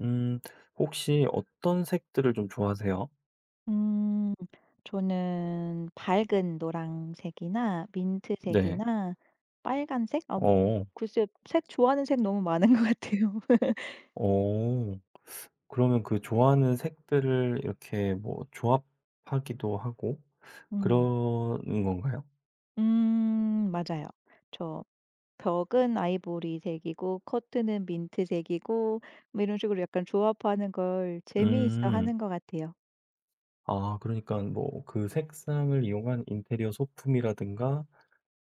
음. 혹시 어떤 색들을 좀 좋아하세요? 음. 저는 밝은 노란색이나 네. 민트색이나 빨간색? 어. 글쎄 색 좋아하는 색 너무 많은 것 같아요. 어. 그러면 그 좋아하는 색들을 이렇게 뭐 조합하기도 하고 음. 그러는 건가요? 맞아요. 저 벽은 아이보리색이고 커튼은 민트색이고 뭐 이런 식으로 약간 조합하는 걸 재미있어 음. 하는 것 같아요. 아, 그러니까 뭐 그 색상을 이용한 인테리어 소품이라든가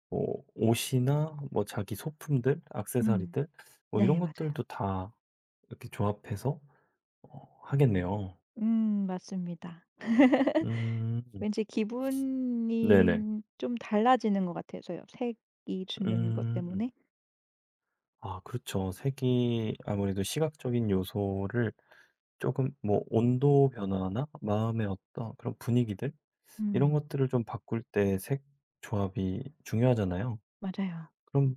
뭐 옷이나 뭐 자기 소품들, 음. 액세서리들 뭐 이런 네 맞아요. 것들도 다 이렇게 조합해서 하겠네요. 맞습니다. 음. 왠지 네네. 기분이 좀 달라지는 것 같아서요. 색이 주는 것 음. 때문에. 아, 그렇죠. 색이 아무래도 시각적인 요소를 조금 뭐 온도 변화나 마음의 어떤 그런 분위기들 이런 음. 것들을 좀 바꿀 때 색 조합이 중요하잖아요. 맞아요. 그럼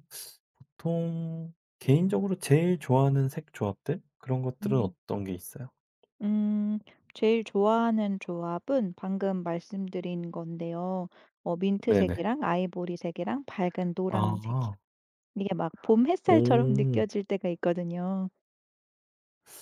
보통 개인적으로 제일 좋아하는 색 조합들 그런 것들은 음. 어떤 게 있어요? 음. 제일 좋아하는 조합은 방금 말씀드린 건데요. 네네. 민트색이랑 아이보리색이랑 밝은 노란색이요. 아. 이게 막 봄 햇살처럼 오. 느껴질 때가 있거든요.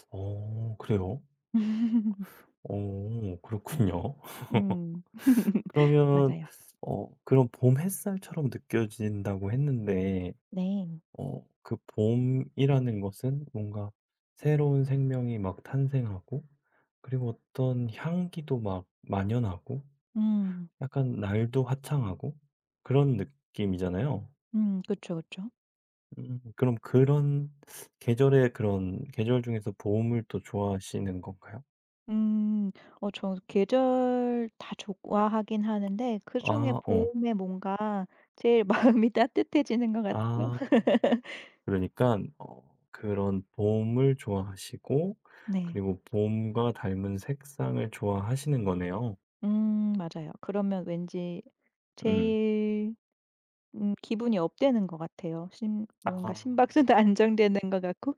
그래요? 오오 그렇군요. 음. 그러면 맞아요. 그런 봄 햇살처럼 느껴진다고 했는데 네. 그 봄이라는 것은 뭔가 새로운 생명이 막 탄생하고, 그리고 어떤 향기도 막 만연하고 음. 약간 날도 화창하고 그런 느낌이잖아요. 음. 그쵸, 그쵸. 음, 그럼 그런 계절의 그런 계절 중에서 봄을 또 좋아하시는 건가요? 음. 계절 다 좋아하긴 하는데 그중에 아 어. 봄에 뭔가 제일 마음이 따뜻해지는 것 같아요. 아 그러니까 어 그런 봄을 좋아하시고, 네. 그리고 봄과 닮은 색상을 좋아하시는 거네요. 맞아요. 그러면 왠지 음. 제일 기분이 업되는 것 같아요. 심 뭔가 아. 심박수도 안정되는 것 같고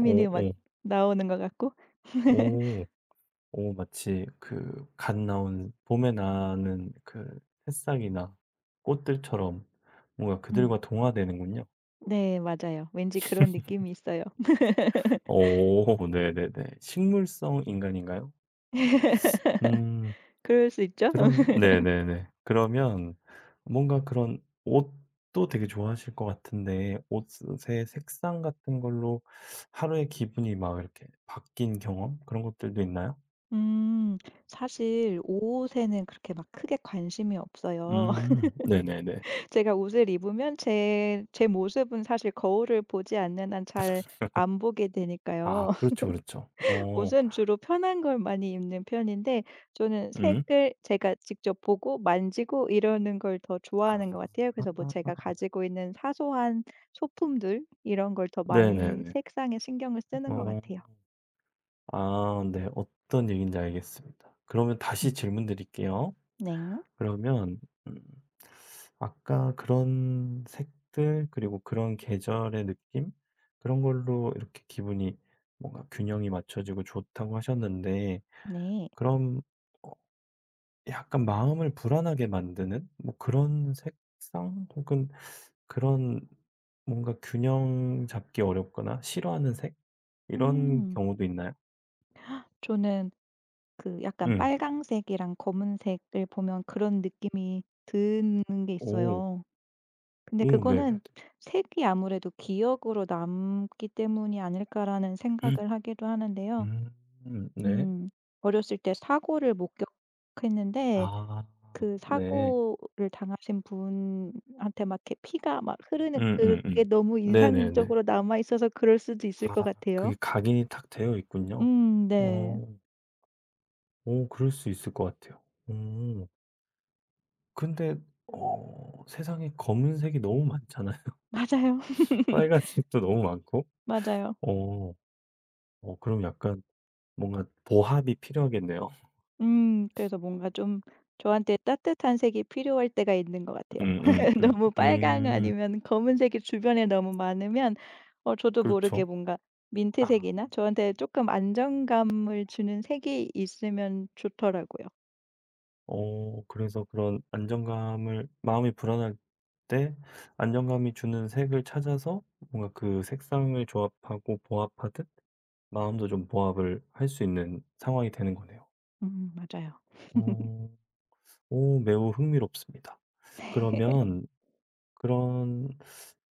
오 막 오 나오는 것 같고. 오. 오, 마치 그 갓 나온 봄에 나는 그 새싹이나 꽃들처럼 뭔가 음. 그들과 동화되는군요. 네 맞아요. 왠지 그런 느낌이 있어요. 오오오 네네네. 식물성 인간인가요? 음, 그럴 수 있죠? 그럼 네네네. 그러면 뭔가 그런 옷도 되게 좋아하실 것 같은데, 옷의 색상 같은 걸로 하루의 기분이 막 이렇게 바뀐 경험 그런 것들도 있나요? 음. 사실 옷에는 그렇게 막 크게 관심이 없어요. 네네네. 제가 옷을 입으면 제 모습은 사실 거울을 보지 않는 한 잘 안 보게 아 되니까요. 그렇죠, 그렇죠. 어. 옷은 주로 편한 걸 많이 입는 편인데 저는 음. 색을 제가 직접 보고 만지고 이러는 걸 더 좋아하는 것 아. 같아요. 그래서 뭐 제가 가지고 있는 사소한 소품들 이런 걸 더 많이 네네네. 색상에 신경을 쓰는 것 어. 같아요. 아 네. 어떤 얘기인지 알겠습니다. 그러면 다시 음. 질문드릴게요. 네. 그러면 음 아까 그런 색들 그리고 그런 계절의 느낌 그런 걸로 이렇게 기분이 뭔가 균형이 맞춰지고 좋다고 하셨는데, 네. 그럼 어 약간 마음을 불안하게 만드는 뭐 그런 색상 혹은 그런 뭔가 균형 잡기 어렵거나 싫어하는 색 이런 음. 경우도 있나요? 저는 그 약간 음. 빨강색이랑 검은색을 보면 그런 느낌이 드는 게 오. 있어요. 근데 오 네네네. 그거는 색이 아무래도 기억으로 남기 때문이 아닐까라는 음 생각을 하기도 하는데요. 네. 음 어렸을 때 사고를 목격했는데 아 그 네. 사고를 당하신 분한테 막 이렇게 피가 막 흐르는 그게 음음음. 너무 네네네. 인상적으로 남아 있어서 그럴 수도 있을 것 아, 그게 같아요. 각인이 탁 되어 있군요. 네. 어. 오, 그럴 수 있을 것 같아요. 음. 근데 세상에 검은색이 너무 많잖아요. 맞아요. 빨간색도 너무 많고. 맞아요. 어. 그럼 약간 뭔가 보합이 필요하겠네요. 그래서 뭔가 좀 저한테 따뜻한 색이 필요할 때가 있는 것 같아요. 음음 너무 음. 빨강 아니면 검은색이 주변에 너무 많으면 저도 모르게 그렇죠. 뭔가 아. 민트색이나 저한테 조금 안정감을 주는 색이 있으면 좋더라고요. 그래서 그런 안정감을 마음이 불안할 때 안정감이 주는 색을 찾아서 뭔가 그 색상을 조합하고 보합하듯 마음도 좀 보합을 할 수 있는 상황이 되는 거네요. 맞아요. 어. 오, 매우 흥미롭습니다. 그러면 그런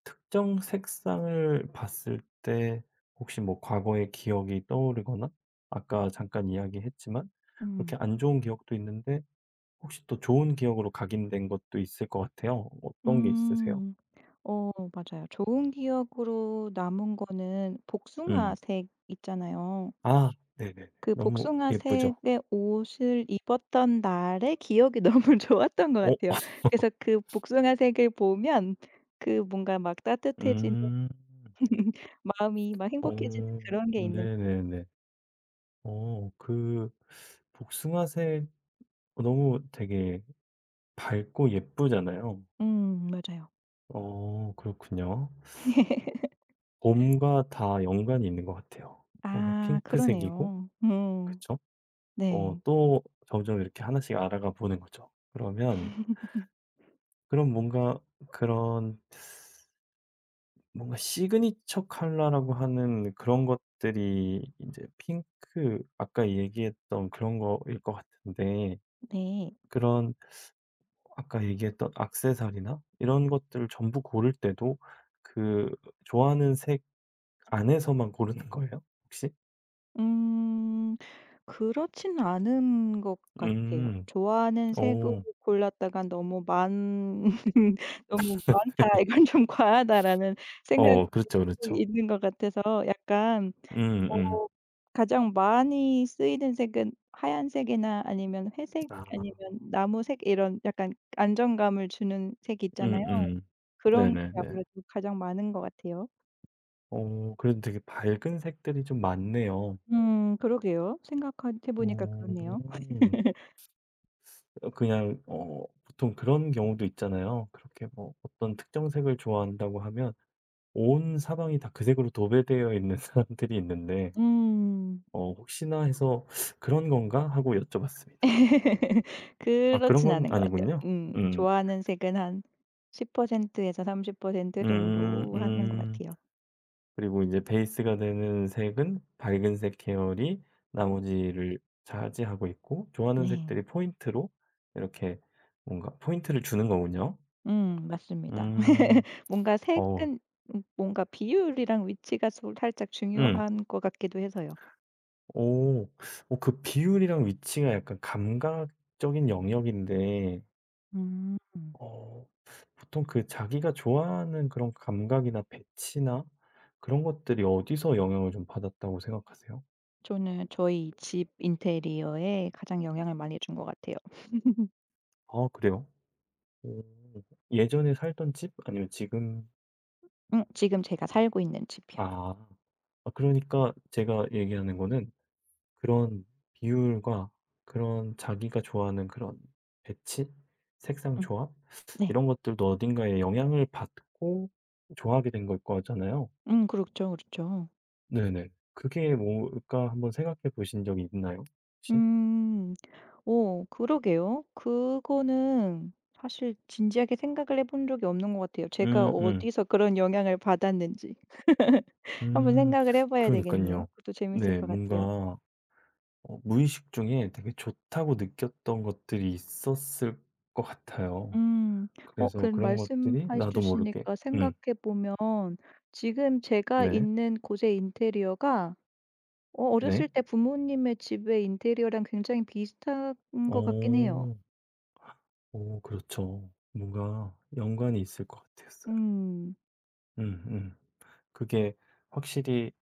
특정 색상을 봤을 때 혹시 뭐 과거의 기억이 떠오르거나, 아까 잠깐 이야기했지만 그렇게 음. 안 좋은 기억도 있는데 혹시 또 좋은 기억으로 각인된 것도 있을 것 같아요. 어떤 게 있으세요? 음. 맞아요. 좋은 기억으로 남은 거는 음. 복숭아색 있잖아요. 아 네네네. 그 너무 예쁘죠? 복숭아색의 옷을 입었던 날의 기억이 너무 좋았던 것 어 같아요. 그래서 그 복숭아색을 보면 그 뭔가 막 따뜻해지는 음. 마음이 막 어 행복해지는 그런 게 있는 네네네. 그 복숭아색 너무 되게 밝고 예쁘잖아요. 맞아요. 그렇군요. 봄과 다 연관이 있는 것 같아요. 뭔가 아 핑크색이고 그러네요. 음. 그쵸? 네. 또 점점 이렇게 하나씩 알아가 보는 거죠. 그러면 그런 뭔가 그런 뭔가 시그니처 컬러라고 하는 그런 것들이 이제 핑크 아까 얘기했던 그런 거일 것 같은데, 네. 그런 아까 얘기했던 액세서리나 이런 것들을 전부 고를 때도 그 좋아하는 색 안에서만 고르는 거예요, 혹시? 음. 그렇진 않은 것 같아요. 음. 좋아하는 색으로 어. 골랐다가 '너무 많 너무 많다. 이건 좀 과하다.'라는 생각이 어 그렇죠, 들고 그렇죠. 있는 것 같아서 약간 음음. 어 가장 많이 쓰이는 색은 하얀색이나 아니면 회색 아. 아니면 나무색 이런 약간 안정감을 주는 색이 있잖아요. 음음. 그런 게 네네네. 아무래도 가장 많은 것 같아요. 그래도 되게 밝은 색들이 좀 많네요. 그러게요. 생각해 보니까 그렇네요. 오. 그냥 보통 그런 경우도 있잖아요. 그렇게 뭐 어떤 특정 색을 좋아한다고 하면 온 사방이 다 그 색으로 도배되어 있는 사람들이 있는데 음. 혹시나 해서 '그런 건가?' 하고 여쭤봤습니다. 아, 그런 그렇진 건 않은 것 같아요. 아니군요. 음. 좋아하는 색은 한 10% 에서 30% 음 정도 하는 것 음. 같아요. 그리고 이제 베이스가 되는 색은 밝은 색 계열이 나머지를 차지하고 있고, 좋아하는 네. 색들이 포인트로 이렇게 뭔가 포인트를 주는 거군요. 맞습니다. 음. 뭔가 어 색은 뭔가 비율이랑 위치가 소 살짝 음. 중요한 것 같기도 해서요. 오. 오, 그 비율이랑 위치가 약간 감각적인 영역인데 음. 어 보통 그 자기가 좋아하는 그런 감각이나 배치나 그런 것들이 어디서 영향을 좀 받았다고 생각하세요? 저는 저희 집 인테리어에 가장 영향을 많이 준 것 같아요. 아, 그래요? 오. 예전에 살던 집 아니면 지금. 지금 제가 살고 있는 집이요. 아. 아, 그러니까 제가 얘기하는 거는 그런 비율과 그런 자기가 좋아하는 그런 배치, 색상 음 조합 네. 이런 것들도 어딘가에 영향을 받고 좋아하게 된 걸 거잖아요. 그렇죠, 그렇죠. 네네. 그게 뭘까 한번 생각해 보신 적이 있나요 혹시? 음. 오 그러게요. 그거는 사실 진지하게 생각을 해본 적이 없는 것 같아요. 제가 음음. 어디서 그런 영향을 받았는지. 한번 음. 생각을 해 봐야 되겠네요. 그러니깐요. 그것도 재밌을 네. 것 뭔가 같아요. 무의식 중에 되게 좋다고 느꼈던 것들이 있었을 것 같아요. 음. 그 그래서 그런 말씀해 것들이 나도 모르게. 주시니까 음. 생각해 보면 지금 제가 네. 있는 곳의 인테리어가 네. 어렸을 때 부모님의 집의 인테리어랑 굉장히 비슷한 것 같긴 해요. 어. 오 그렇죠. 뭔가 연관이 있을 것 같았어요. 음. 음 음. 그게 확실히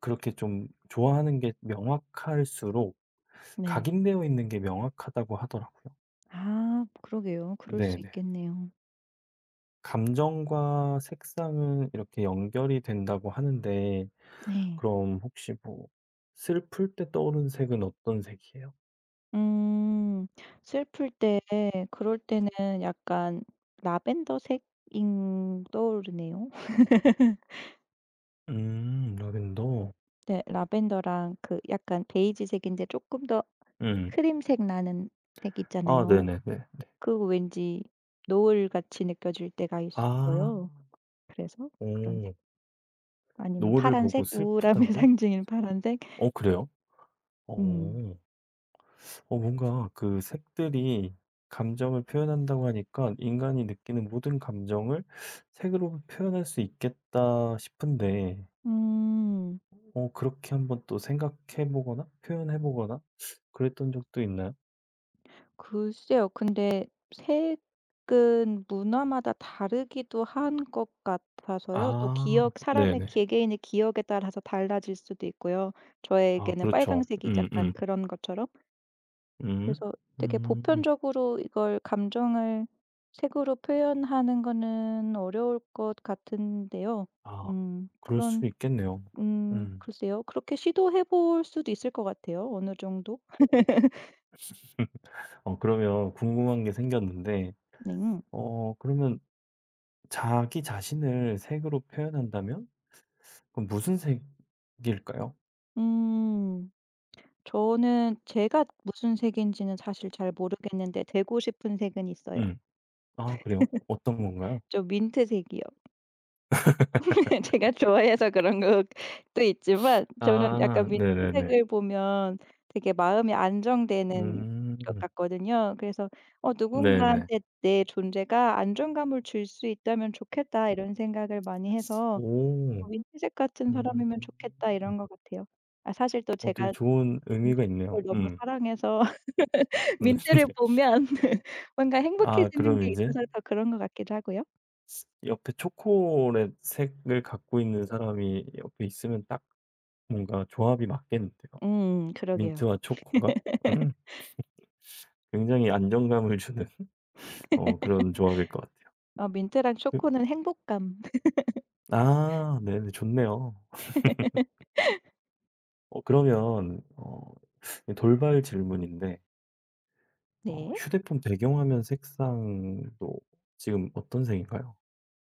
그렇게 좀 좋아하는 게 명확할수록 네. 각인되어 있는 게 명확하다고 하더라고요. 아 그러게요. 그럴 수 네네. 있겠네요. 감정과 색상은 이렇게 연결이 된다고 하는데 네. 그럼 혹시 뭐 슬플 때 떠오르는 색은 어떤 색이에요? 음. 슬플 때 그럴 때는 약간 라벤더색인 떠오르네요. 음, 라벤더. 네. 라벤더랑 그 약간 베이지색인데 조금 더 음. 크림색 나는 색 아 있잖아요. 네네네. 그거 왠지 노을같이 느껴질 때가 아. 있어요. 그래서 그런 색 오, 아니면 노을을 보고 파란색? 우울함의 슬프다고? 상징인 파란색? 그래요? 음. 어. 뭔가 그 색들이 감정을 표현한다고 하니까 인간이 느끼는 모든 감정을 색으로 표현할 수 있겠다 싶은데 음. 그렇게 한번 또 생각해 보거나 표현해 보거나 그랬던 적도 있나요? 글쎄요. 근데 색은 문화마다 다르기도 한 것 같아서요. 또 아 기억 사람의 네네. 개개인의 기억에 따라서 달라질 수도 있고요. 아 저에게는 그렇죠. 빨강색이 약간 음음. 그런 것처럼. 음. 그래서 되게 음. 보편적으로 이걸 감정을 색으로 표현하는 거는 어려울 것 같은데요. 아, 그럴 그런 수 있겠네요. 음. 글쎄요. 그렇게 시도해 볼 수도 있을 것 같아요 어느 정도. 그러면 궁금한 게 생겼는데 네. 그러면 자기 자신을 색으로 표현한다면 그럼 무슨 색일까요? 음. 저는 제가 무슨 색인지는 사실 잘 모르겠는데 되고 싶은 색은 있어요. 음. 아, 그래요? 어떤 건가요? 좀 민트색이요. 제가 좋아해서 그런 것도 있지만 저는 약간 아 네네네. 민트색을 보면 되게 마음이 안정되는 것 음. 같거든요. 그래서 네네. '누군가한테 내 존재가 안정감을 줄 수 있다면 좋겠다.' 이런 생각을 많이 해서 오. '어 민트색 같은 사람이면 음. 좋겠다.' 이런 것 같아요. 아 사실 또 되게 제가 좋은 의미가 있네요. 민트색을 너무 음. 사랑해서 네 민트를 보면 뭔가 아, 행복해지는 그럼 게 이제 있어서 더 그런 것 같기도 하고요. 옆에 초콜릿 색을 갖고 있는 사람이 옆에 있으면 딱 뭔가 조합이 맞겠는데요. 그러게요. 민트와 초코가? 음. 굉장히 안정감을 주는 그런 조합일 것 같아요. 민트랑 그 초코는 행복감. 아, 네네, 좋네요. 그러면 돌발 질문인데 네. 휴대폰 배경화면 색상도 지금 어떤 색인가요?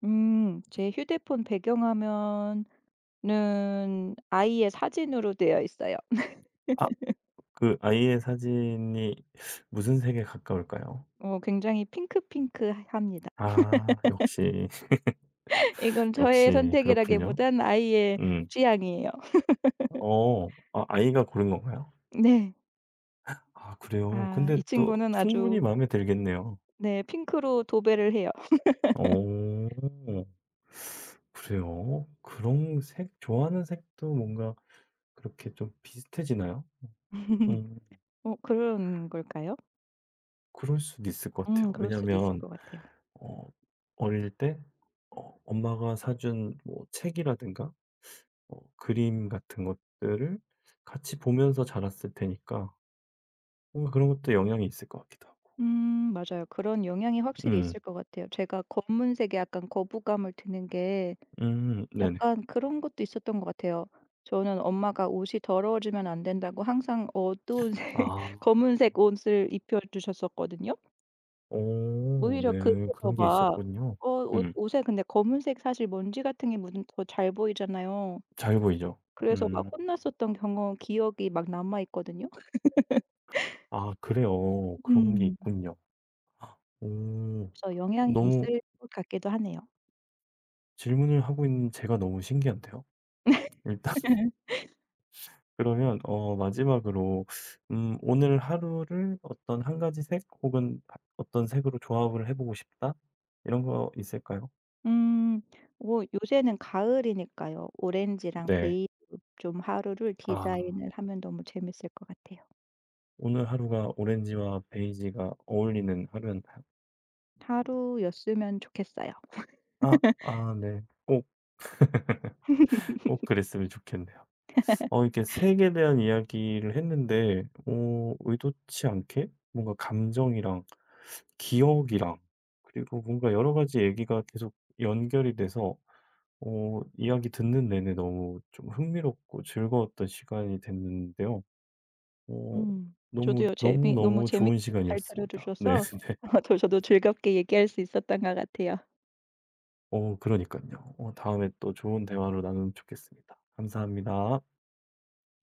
제 휴대폰 배경화면은 아이의 사진으로 되어 있어요. 아, 그 아이의 사진이 무슨 색에 가까울까요? 굉장히 핑크핑크합니다. 아, 역시, 이건 저의 역시 그렇군요. 선택이라기보단 아이의 음. 취향이에요. 어. 아, 아이가 고른 건가요? 네. 아, 그래요? 아 근데 이 또 친구는 아주, 충분히 마음에 들겠네요. 네, 핑크로 도배를 해요. 오오~~ 그래요? 그런 색 좋아하는 색도 뭔가 그렇게 좀 비슷해지나요? 음 그런 걸까요? 그럴 수도 있을 것 같아요. 그럴 수도 있을 왜냐하면 것 같아요. 어 어릴 때 엄마가 사준 뭐 책이라든가 그림 같은 것들을 같이 보면서 자랐을 테니까 뭔가 그런 것도 영향이 있을 것 같기도 하고. 맞아요. 그런 영향이 확실히 음. 있을 것 같아요. 제가 검은색에 약간 거부감을 드는 게 네네. 약간 그런 것도 있었던 것 같아요. 저는 엄마가 "옷이 더러워지면 안 된다."고 항상 어두운 색 아. 검은색 옷을 입혀 주셨었거든요. 오오 오히려 그래서 네. 그런 게 막 있었군요. 옷 음. 옷에 근데 검은색 사실 먼지 같은 게 묻으면 더 잘 보이잖아요. 잘 보이죠? 그래서 막 음. 혼났었던 경험 기억이 막 남아 있거든요. 아, 그래요. 그런 게 음. 있군요. 오. 그래서 영향이 너무 있을 것 같기도 하네요. 질문을 하고 있는 제가 너무 신기한데요. 일단 그러면 마지막으로 '오늘 하루를 어떤 한 가지 색 혹은 바 어떤 색으로 조합을 해 보고 싶다.' 이런 거 있을까요? 음. 뭐 요새는 가을이니까요. 오렌지랑 네. 베이로 좀 하루를 아. 디자인을 하면 너무 재밌을 것 같아요. 오늘 하루가 오렌지와 베이지가 어울리는 하루였나요? 하루였으면 좋겠어요. 아. 아 네. 꼭, 꼭 그랬으면 좋겠네요. 이렇게 색에 대한 이야기를 했는데 의도치 않게 뭔가 감정이랑 기억이랑 그리고 뭔가 여러 가지 얘기가 계속 연결이 돼서 이야기 듣는 내내 너무 좀 흥미롭고 즐거웠던 시간이 됐는데요. 어 너무 저도요. 재미 너무 너무너무 재밌게 좋은 잘 들어 시간이었습니다. 네 주셔서 네. 저도 즐겁게 얘기할 수 있었던 것 같아요. 그러니까요. 다음에 또 좋은 대화로 나누면 좋겠습니다. 감사합니다.